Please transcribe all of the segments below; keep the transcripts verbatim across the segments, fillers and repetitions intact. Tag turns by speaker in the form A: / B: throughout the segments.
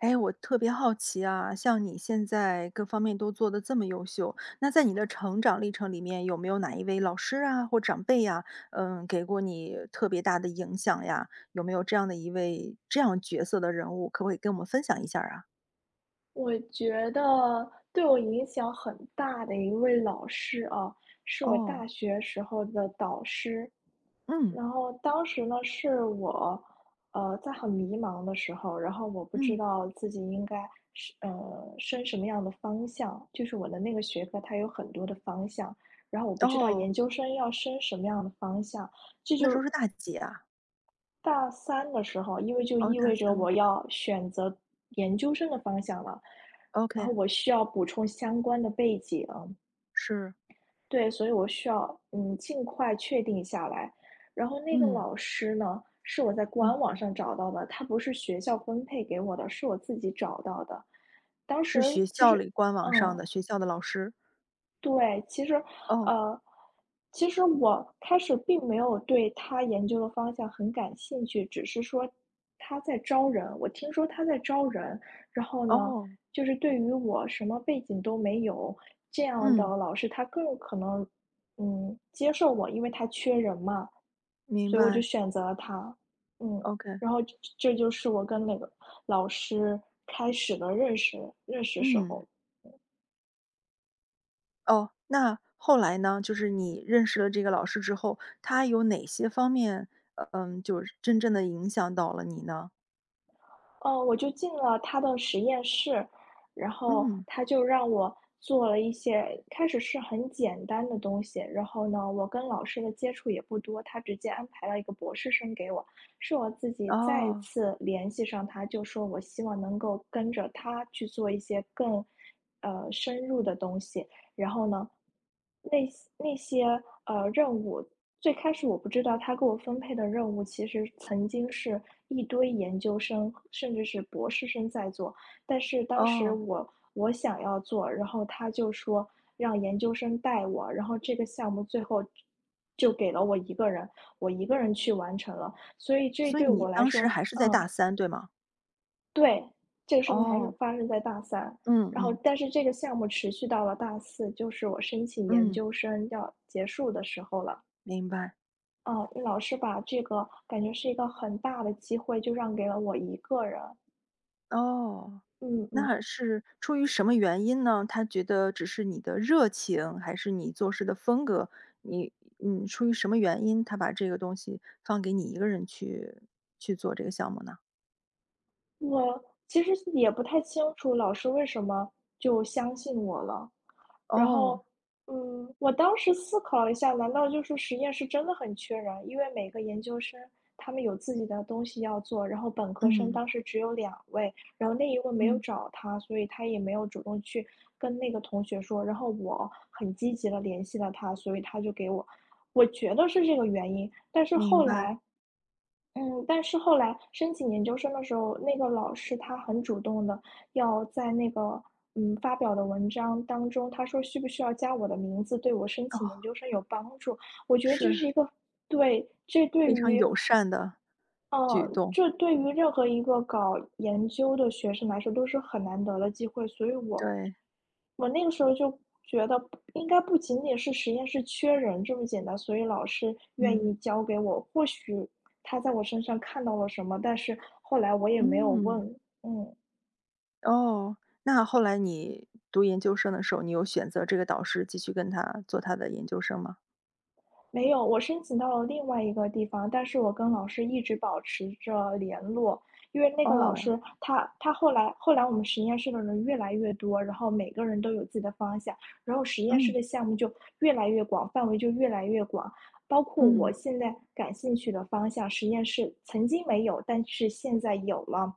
A: 哎，我特别好奇啊，像你现在各方面都做得这么优秀，那在你的成长历程里面，有没有哪一位老师啊或长辈呀，嗯，给过你特别大的影响呀？有没有这样的一位这样角色的人物，可不可以跟我们分享一下儿啊？
B: 我觉得对我影响很大的一位老师啊，是我
A: 哦，
B: 大学时候的导师。
A: 嗯
B: 然后当时呢，是我，呃，在很迷茫的时候，然后我不知
A: 嗯，
B: 道自己应该是呃升什么样的方向，就是我的那个学科它有很多的方向，然后我不知道
A: 哦，
B: 研究生要升什么样的方向，这
A: 那时候
B: 就
A: 是大几啊？
B: 大三的时候，因为就
A: 哦，
B: 意
A: 大
B: 味着
A: 三了
B: 我要选择研究生的方向了，然后
A: ，OK，
B: 我需要补充相关的背景，
A: 是，
B: 对，所以我需要嗯尽快确定下来。然后那个
A: 嗯
B: 老师呢，是我在
A: 嗯，
B: 官网上找到的，他不是学校分配给我的，是我自己找到的。当
A: 是
B: 时
A: 学
B: 其
A: 校
B: 实，
A: 里官网上
B: 嗯，
A: 的学校的老师，
B: 对，其实，
A: 哦
B: 呃，其实我开始并没有对他研究的方向很感兴趣，只是说他在招人，我听说他在招人，然后呢，
A: 哦，
B: 就是对于我什么背景都没有这样的
A: 嗯，
B: 老师，他更可能，嗯，接受我，因为他缺人嘛，
A: 明
B: 所以我就
A: 白
B: 选择了他，嗯，
A: ，OK，
B: 然后这这就是我跟那个老师开始的认识认识时
A: 嗯。
B: 候。
A: 哦，那后来呢？就是你认识了这个老师之后，他有哪些方面，呃嗯，就是真正的影响到了你呢？
B: 哦，我就进了他的实验室，然后
A: 嗯。
B: 他就让我做了一些开始是很简单的东西，然后呢，我跟老师的接触也不多，他直接安排了一个博士生给我，是我自己再
A: 哦，
B: 次联系上他，就说我希望能够跟着他去做一些更，呃，深入的东西，然后呢，那些那些呃任务，最开始我不知道他给我分配的任务，其实曾经是一堆研究生甚至是博士生在做，但是当时
A: 哦，
B: 我我想要做，然后他就说让研究生带我，然后这个项目最后就给了我一个人，我一个人去完成了，所以这
A: 所以
B: 对
A: 你
B: 我来
A: 当时
B: 说，
A: 还是在
B: 嗯，
A: 大三，对吗？
B: 对，这个事情还是
A: 哦，
B: 发生在大三，
A: 嗯
B: 然后
A: 嗯
B: 但是这个项目持续到了大四，就是我申请研
A: 嗯，
B: 究生要结束的时候了。
A: 明白。
B: 嗯，老师把这个感觉是一个很大的机会，就让给了我一个人。
A: 哦，
B: 嗯嗯。
A: 那是出于什么原因呢？他觉得只是你的热情，还是你做事的风格？你嗯，出于什么原因，他把这个东西放给你一个人去去做这个项目呢？
B: 我其实也不太清楚老师为什么就相信我了。然
A: 哦。
B: 后，嗯，我当时思考了一下，难道就是实验室真的很缺人？因为每个研究生他们有自己的东西要做，然后本科生
A: 嗯，
B: 当时只有两位，然后那一位没有
A: 嗯，
B: 找他，所以他也没有主动去跟那个同学说。然后我很积极的联系了他，所以他就给我，我觉得是这个原因。但是
A: 明
B: 后
A: 白，
B: 来嗯，但是后来申请研究生的时候，那个老师他很主动的要在那个，嗯，发表的文章当中，他说需不需要加我的名字，对我申请研
A: 哦，
B: 究生有帮助。我觉得这
A: 是，
B: 是一个，对，这对
A: 非常
B: 于
A: 友善的举
B: 哦，
A: 动，
B: 这对于任何一个搞研究的学生来说都是很难得的机会，所以我
A: 对，
B: 我那个时候就觉得应该不仅仅是实验室缺人这么简单，所以老师愿
A: 嗯，
B: 意教给我，或许他在我身上看到了什么，但是后来我也没有
A: 嗯，
B: 问，嗯。
A: 哦，那后来你读研究生的时候，你有选择这个导师继续跟他做他的研究生吗？
B: 没有，我申请到了另外一个地方，但是我跟老师一直保持着联络，因为那个老
A: 哦，
B: 师他他后来后来我们实验室的人越来越多，然后每个人都有自己的方向，然后实验室
A: 嗯，
B: 的项目就越来越广，范围就越来越广，包括
A: 嗯，
B: 我现在感兴趣的方向，实验室曾经没有，但是现在有了。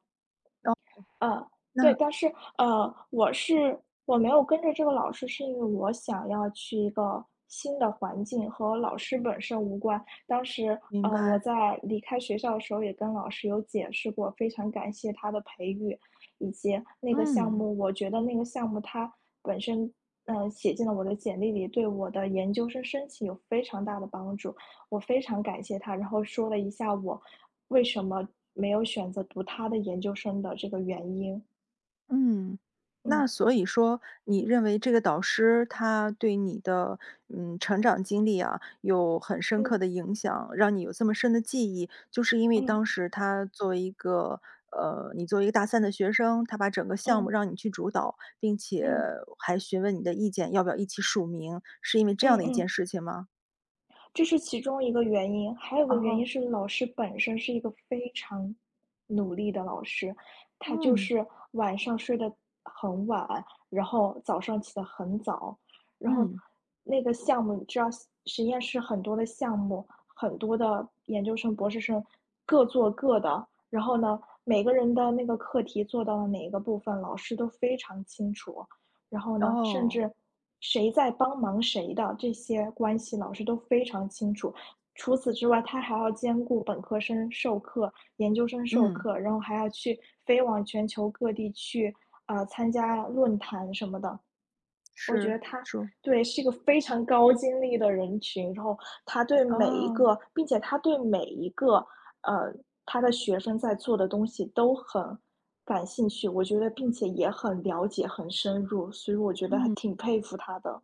A: 哦，
B: 嗯，对，
A: 那
B: 但是，呃，我是我没有跟着这个老师，是因为我想要去一个新的环境，和老师本身无关。当时，
A: 明
B: 呃，我
A: 白，
B: 在离开学校的时候也跟老师有解释过，非常感谢他的培育，以及那个项
A: 嗯。
B: 目，我觉得那个项目它本身，嗯写进了我的简历里，对我的研究生申请有非常大的帮助，我非常感谢他。然后说了一下我为什么没有选择读他的研究生的这个原因。
A: 嗯，那
B: 嗯
A: 所以说，你认为这个导师他对你的嗯成长经历啊，有很深刻
B: 嗯
A: 的影响，让你有这么深的记忆，就是因为
B: 嗯
A: 当时他作为一个呃，你作为一个大三的学生，他把整个项目
B: 嗯
A: 让你去主导，并且
B: 嗯
A: 还询问你的意见，要不要一起署名，是因为这
B: 嗯
A: 样的一件
B: 嗯。
A: 事情吗？
B: 这是其中一个原因，还有个原因
A: 哦，
B: 是老师本身是一个非常努力的老师，他就
A: 嗯
B: 是晚上睡得很晚，然后早上起得很早，然后
A: 嗯，
B: 那个项目你知道实验室很多的项目，很多的研究生、博士生各做各的，然后呢，每个人的那个课题做到了哪一个部分，老师都非常清楚，然后呢，甚
A: 哦，
B: 至谁在帮忙谁的这些关系，老师都非常清楚。除此之外，他还要兼顾本科生授课、研究生授
A: 嗯，
B: 课，然后还要去飞往全球各地去啊、呃参加论坛什么的。我觉
A: 是
B: 得他
A: 说
B: 对，是一个非常高精力的人群，然后他对每一
A: 哦，
B: 个并且他对每一个，呃，他的学生在做的东西都很感兴趣，我觉得并且也很了解、很深入，所以我觉得还
A: 嗯。
B: 挺佩服他的。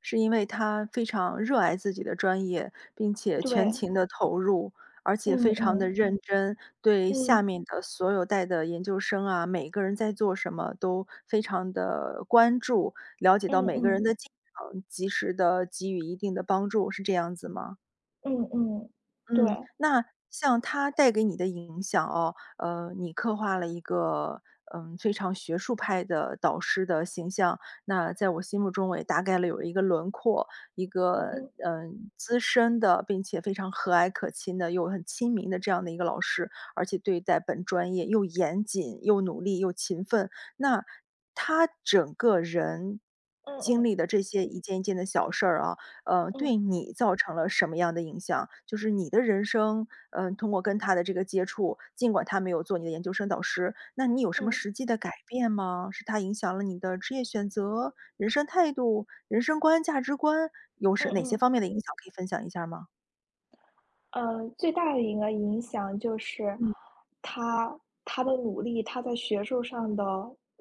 A: 是因为他非常热爱自己的专业，并且全
B: 对，
A: 情的投入，而且
B: 嗯
A: 非常的
B: 嗯，
A: 认嗯真，对下
B: 嗯，
A: 面的所有带的研究生啊，每个人在做什么都非常的关注，了解到
B: 嗯
A: 每个人
B: 嗯，
A: 的进程，及时的给予一定的帮助，是这样子吗？
B: 嗯嗯，嗯对，
A: 嗯，那像他带给你的影响哦，呃，你刻画了一个，嗯，非常学术派的导师的形象，那在我心目中我也大概了有一个轮廓，一
B: 嗯
A: 个，
B: 嗯，
A: 嗯，资深的，并且非常和蔼可亲的，又很亲民的这样的一个老师，而且对待本专业又严谨、又努力、又勤奋。那他整个人
B: 嗯
A: 经
B: 嗯，
A: 历的这些一件一件的小事儿啊，呃，
B: 嗯
A: 对你造成了什么样的影响？就是你的人生，嗯、通过跟他的这个接触，尽管他没有做你的研究生导师，那你有什么
B: 嗯，
A: 实际的改变吗？是他影响了你的职业选择、人生态度、人生观、价值观，有什
B: 嗯
A: 哪些
B: 嗯。
A: 方面的影响？可以分享一下吗？
B: 呃，最大的一个影响就是
A: 嗯，
B: 他他的努力，他在学术上的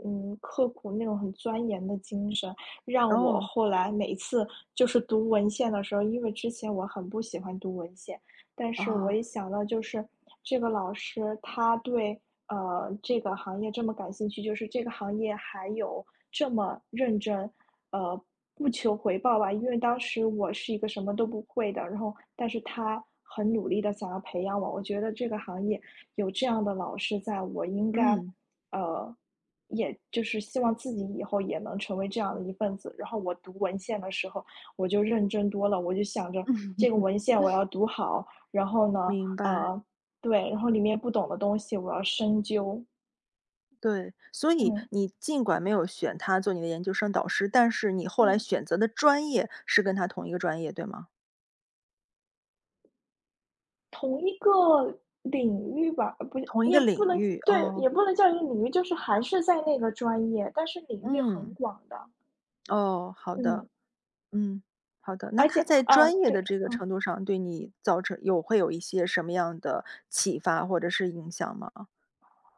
B: 嗯刻苦那种很钻研的精神，让我
A: 哦
B: 后来每次就是读文献的时候，因为之前我很不喜欢读文献，但是我
A: 哦，
B: 一想到就是这个老师他对呃，这个行业这么感兴趣，就是这个行业还有这么认真，呃，不求回报吧。因为当时我是一个什么都不会的，然后但是他很努力的想要培养我。我觉得这个行业有这样的老师在，我应该，
A: 嗯
B: 呃，也就是希望自己以后也能成为这样的一份子。然后我读文献的时候，我就认真多了，我就想着
A: 嗯，
B: 这个文献我要读好，然后呢，
A: 明白。
B: 呃。对，然后里面不懂的东西我要深究。
A: 对，所以
B: 嗯
A: 你尽管没有选他做你的研究生导师，但是你后来
B: 嗯，
A: 选择的专业是跟他同一个专业，对吗？
B: 同一个领域吧，呃不是，
A: 同一
B: 也
A: 个
B: 不
A: 领
B: 能，
A: 域
B: 对，
A: 哦。
B: 也不能叫一个领域，就是还是在那个专业，但是领域很
A: 嗯，
B: 广的。
A: 哦，好的，
B: 嗯，
A: 嗯，好的。那
B: 而且
A: 他在
B: 啊，
A: 专业的
B: 对，
A: 这个
B: 嗯。
A: 程度上对你造成有会有一些什么样的启发或者是影响吗？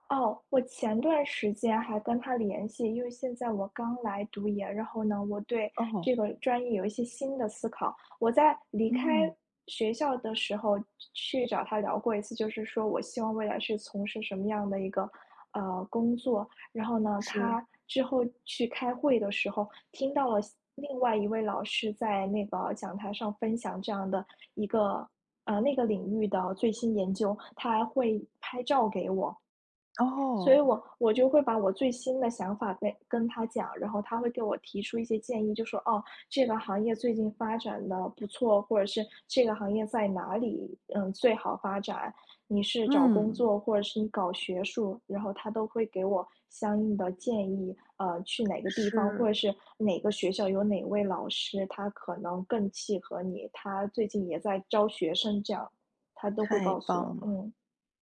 B: 哦，我前段时间还跟他联系，因为现在我刚来读研，然后呢，我对
A: 哦，
B: 这个专业有一些新的思考。我在离开
A: 嗯，
B: 学校的时候去找他聊过一次，就是说我希望未来是从事什么样的一个呃工作。然后呢，
A: 是，
B: 他之后去开会的时候，听到了另外一位老师在那个讲台上分享这样的一个呃那个领域的最新研究，他还会拍照给我。所以
A: 哦，
B: 我我就会把我最新的想法跟跟他讲，然后他会给我提出一些建议，就说："哦，这个行业最近发展的不错，或者是这个行业在哪里，嗯，最好发展。你是找工
A: 嗯，
B: 作，或者是你搞学术，然后他都会给我相应的建议，呃，去哪个地方，或者
A: 是，
B: 是哪个学校有哪位老师，他可能更契合你，他最近也在招学生，这样他都会
A: 太
B: 告诉
A: 棒
B: 我。
A: 了。
B: 嗯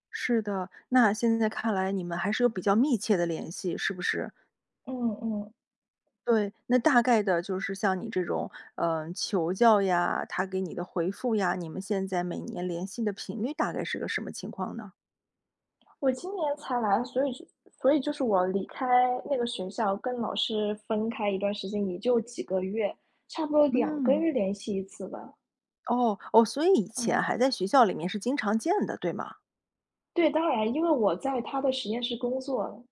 A: 是的，那现在看来你们还是有比较密切的联系，是不是？
B: 嗯嗯。
A: 对，那大概的就是像你这种，嗯，求教呀，他给你的回复呀，你们现在每年联系的频率大概是个什么情况呢？
B: 我今年才来，所以就所以就是我离开那个学校，跟老师分开一段时间，也就几个月，差不多两个
A: 嗯。
B: 月联系一次吧。
A: 哦，哦，所以以前
B: 嗯，
A: 还在学校里面是经常见的，对吗？
B: 对，当然，因为我在他的实验室工作了。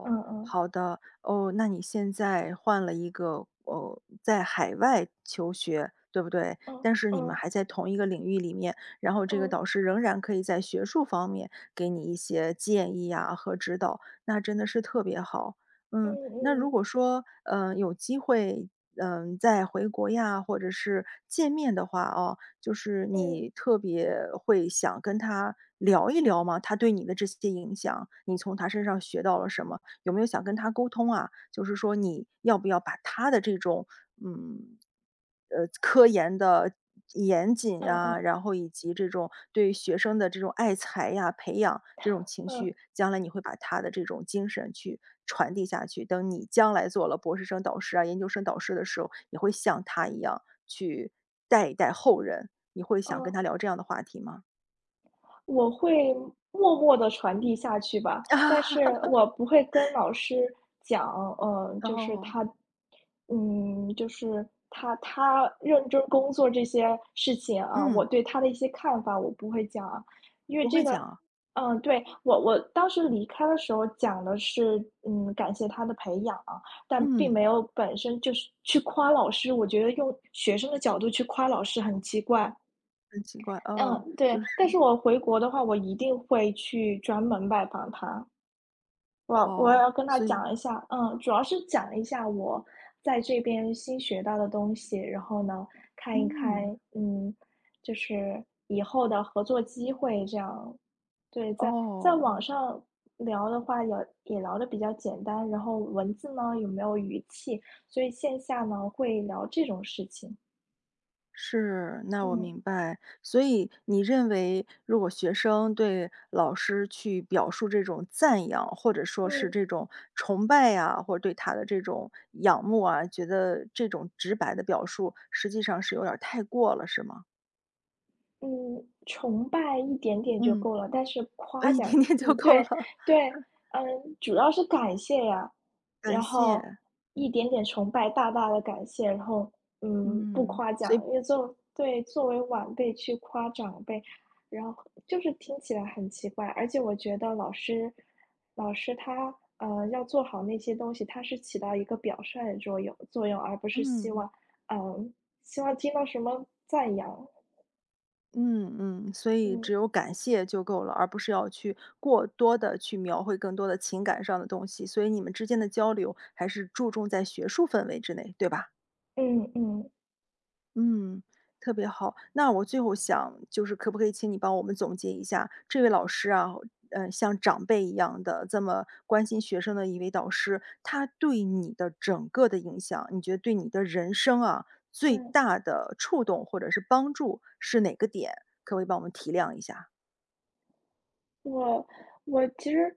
B: 嗯嗯
A: 好的。哦，那你现在换了一个，哦，在海外求学，对不对？
B: 嗯
A: 但是你们
B: 嗯
A: 还在同一个领域里面，然后这个
B: 嗯
A: 导师仍然可以在学术方面给你一些建议啊和指导，那真的是特别好。嗯，那如
B: 嗯
A: 果说，嗯有机会，嗯、再回国呀，或者是见面的话哦，就是
B: 嗯嗯
A: 你特别会想跟他聊一聊吗？他对你的这些影响，你从他身上学到了什么？有没有想跟他沟通啊？就是说你要不要把他的这种，嗯，呃，科研的严谨
B: 嗯嗯嗯嗯
A: 呀，
B: 嗯。
A: 然后以及这种对学生的这种爱才呀、培养这种情
B: 嗯
A: 绪，
B: 嗯
A: 将来你会把他的这种精神去传递下去。等你将来做了博士生导师啊、研究生导师的时候，也会像他一样去带一带后人。你会想跟他
B: 嗯。
A: 聊这样的话题吗？
B: 我会默默的传递下去吧，但
A: 啊，
B: 是我不会跟老师讲，呃，就是
A: 哦，
B: 他嗯，就是他他认真工作这些事情啊，我
A: 嗯，
B: 对他的一些看法我不会讲啊，因为
A: 不
B: 这
A: 会
B: 个
A: 讲啊
B: 嗯，对，我我当时离开的时候讲的是，嗯，感谢他的培养啊，但并
A: 嗯，
B: 没有本身就是去夸老师，我觉得用学生的角度去夸老师很奇怪。
A: 很奇怪，哦，
B: 嗯，
A: 就
B: 对，但
A: 是
B: 是我回国的话，我一定会去专门拜访他。我我
A: 哦，
B: 要跟他
A: 所以
B: 讲一下，嗯，主要是讲一下我在这边新学到的东西，然后呢，看一
A: 嗯，
B: 看，嗯，就是以后的合作机会这样。对，在在
A: 哦，
B: 网上聊的话，也也聊的比较简单，然后文字呢有没有语气，所以线下呢会聊这种事情。
A: 是，那我
B: 嗯
A: 明白。所以你认为如果学生对老师去表述这种赞扬，或者说是
B: 嗯。
A: 这种崇拜呀，或者对他的这种仰慕啊，觉得这种直白的表述实际上是有点儿太过了，是吗？
B: 嗯，崇拜一点点就
A: 嗯，
B: 够了，但是
A: 呃，
B: 夸
A: 一
B: 奖
A: 点点就
B: 你，
A: 够了，
B: 对对，嗯，主要是感谢呀，
A: 感
B: 然后
A: 谢。
B: 一点点崇拜，大大的感谢，然后嗯，不
A: 嗯，
B: 夸
A: 所
B: 奖，
A: 以
B: 因为作对作为晚辈去夸长辈，然后就是听起来很奇怪，而且我觉得老师老师他呃要做好那些东西，他是起到一个表率的作用作用，而不是希
A: 嗯，
B: 望嗯希望听到什么赞扬，
A: 嗯嗯，所以
B: 嗯。
A: 只有感谢就够了，而不是要去过多的去描绘更多的情感上的东西，所以你们之间的交流还是注重在学术氛围之内，对吧？
B: 嗯嗯
A: 嗯，特别好。那我最后想，就是可不可以请你帮我们总结一下，这位老师啊，呃，像长辈一样的这么关心学生的一位导师，他对你的整个的影响，你觉得对你的人生啊，最
B: 嗯，
A: 大的触动或者是帮助是哪个点？可不可以帮我们提亮一下？
B: 我我其实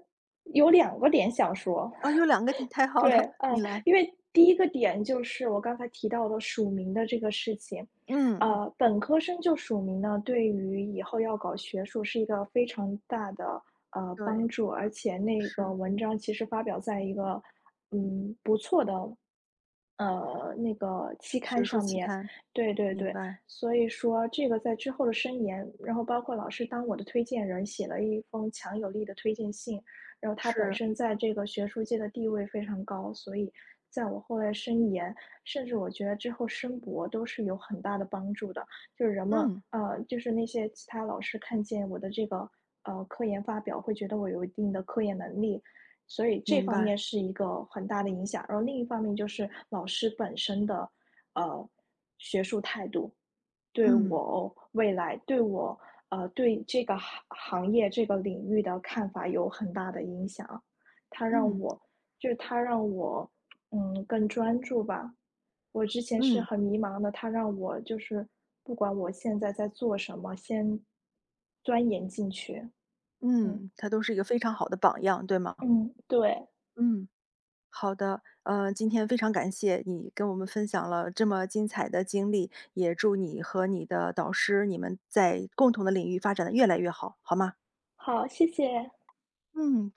B: 有两个点想说，
A: 啊，有两个点，太好了，
B: 对，
A: 你
B: 嗯，
A: 来。
B: 因为第一个点就是我刚才提到的署名的这个事情，
A: 嗯，
B: 呃，本科生就署名呢，对于以后要搞学术是一个非常大的呃
A: 对，
B: 帮助，而且那个
A: 是
B: 文章其实发表在一个嗯不错的呃那个期刊
A: 学术
B: 上
A: 期
B: 面，
A: 刊，
B: 对对
A: 明
B: 对，
A: 白，
B: 所以说这个在之后的申研，然后包括老师当我的推荐人写了一封强有力的推荐信，然后他本
A: 是，
B: 身在这个学术界的地位非常高，所以在我后来申研，甚至我觉得之后申博都是有很大的帮助的。就是人们，
A: 嗯，
B: 呃，就是那些其他老师看见我的这个呃科研发表，会觉得我有一定的科研能力，所以这
A: 明
B: 方
A: 白，
B: 面是一个很大的影响。然后另一方面就是老师本身的，呃，对
A: 嗯
B: 我未来，对我呃，对这个行行业、这个领域的看法有很大的影响。它让
A: 嗯
B: 我就是它让我，嗯，更专注吧。我之前是
A: 嗯。
B: 很迷茫的，它让我就是不管我现在在做什么，先钻研进去。嗯
A: 嗯，他都是一个非常好的榜样，对吗？
B: 嗯，对，
A: 嗯，好的，呃，今天非常感谢你跟我们分享了这么精彩的经历，也祝你和你的导师，你们在共同的领域发展的越来越好，好吗？
B: 好，谢谢。
A: 嗯，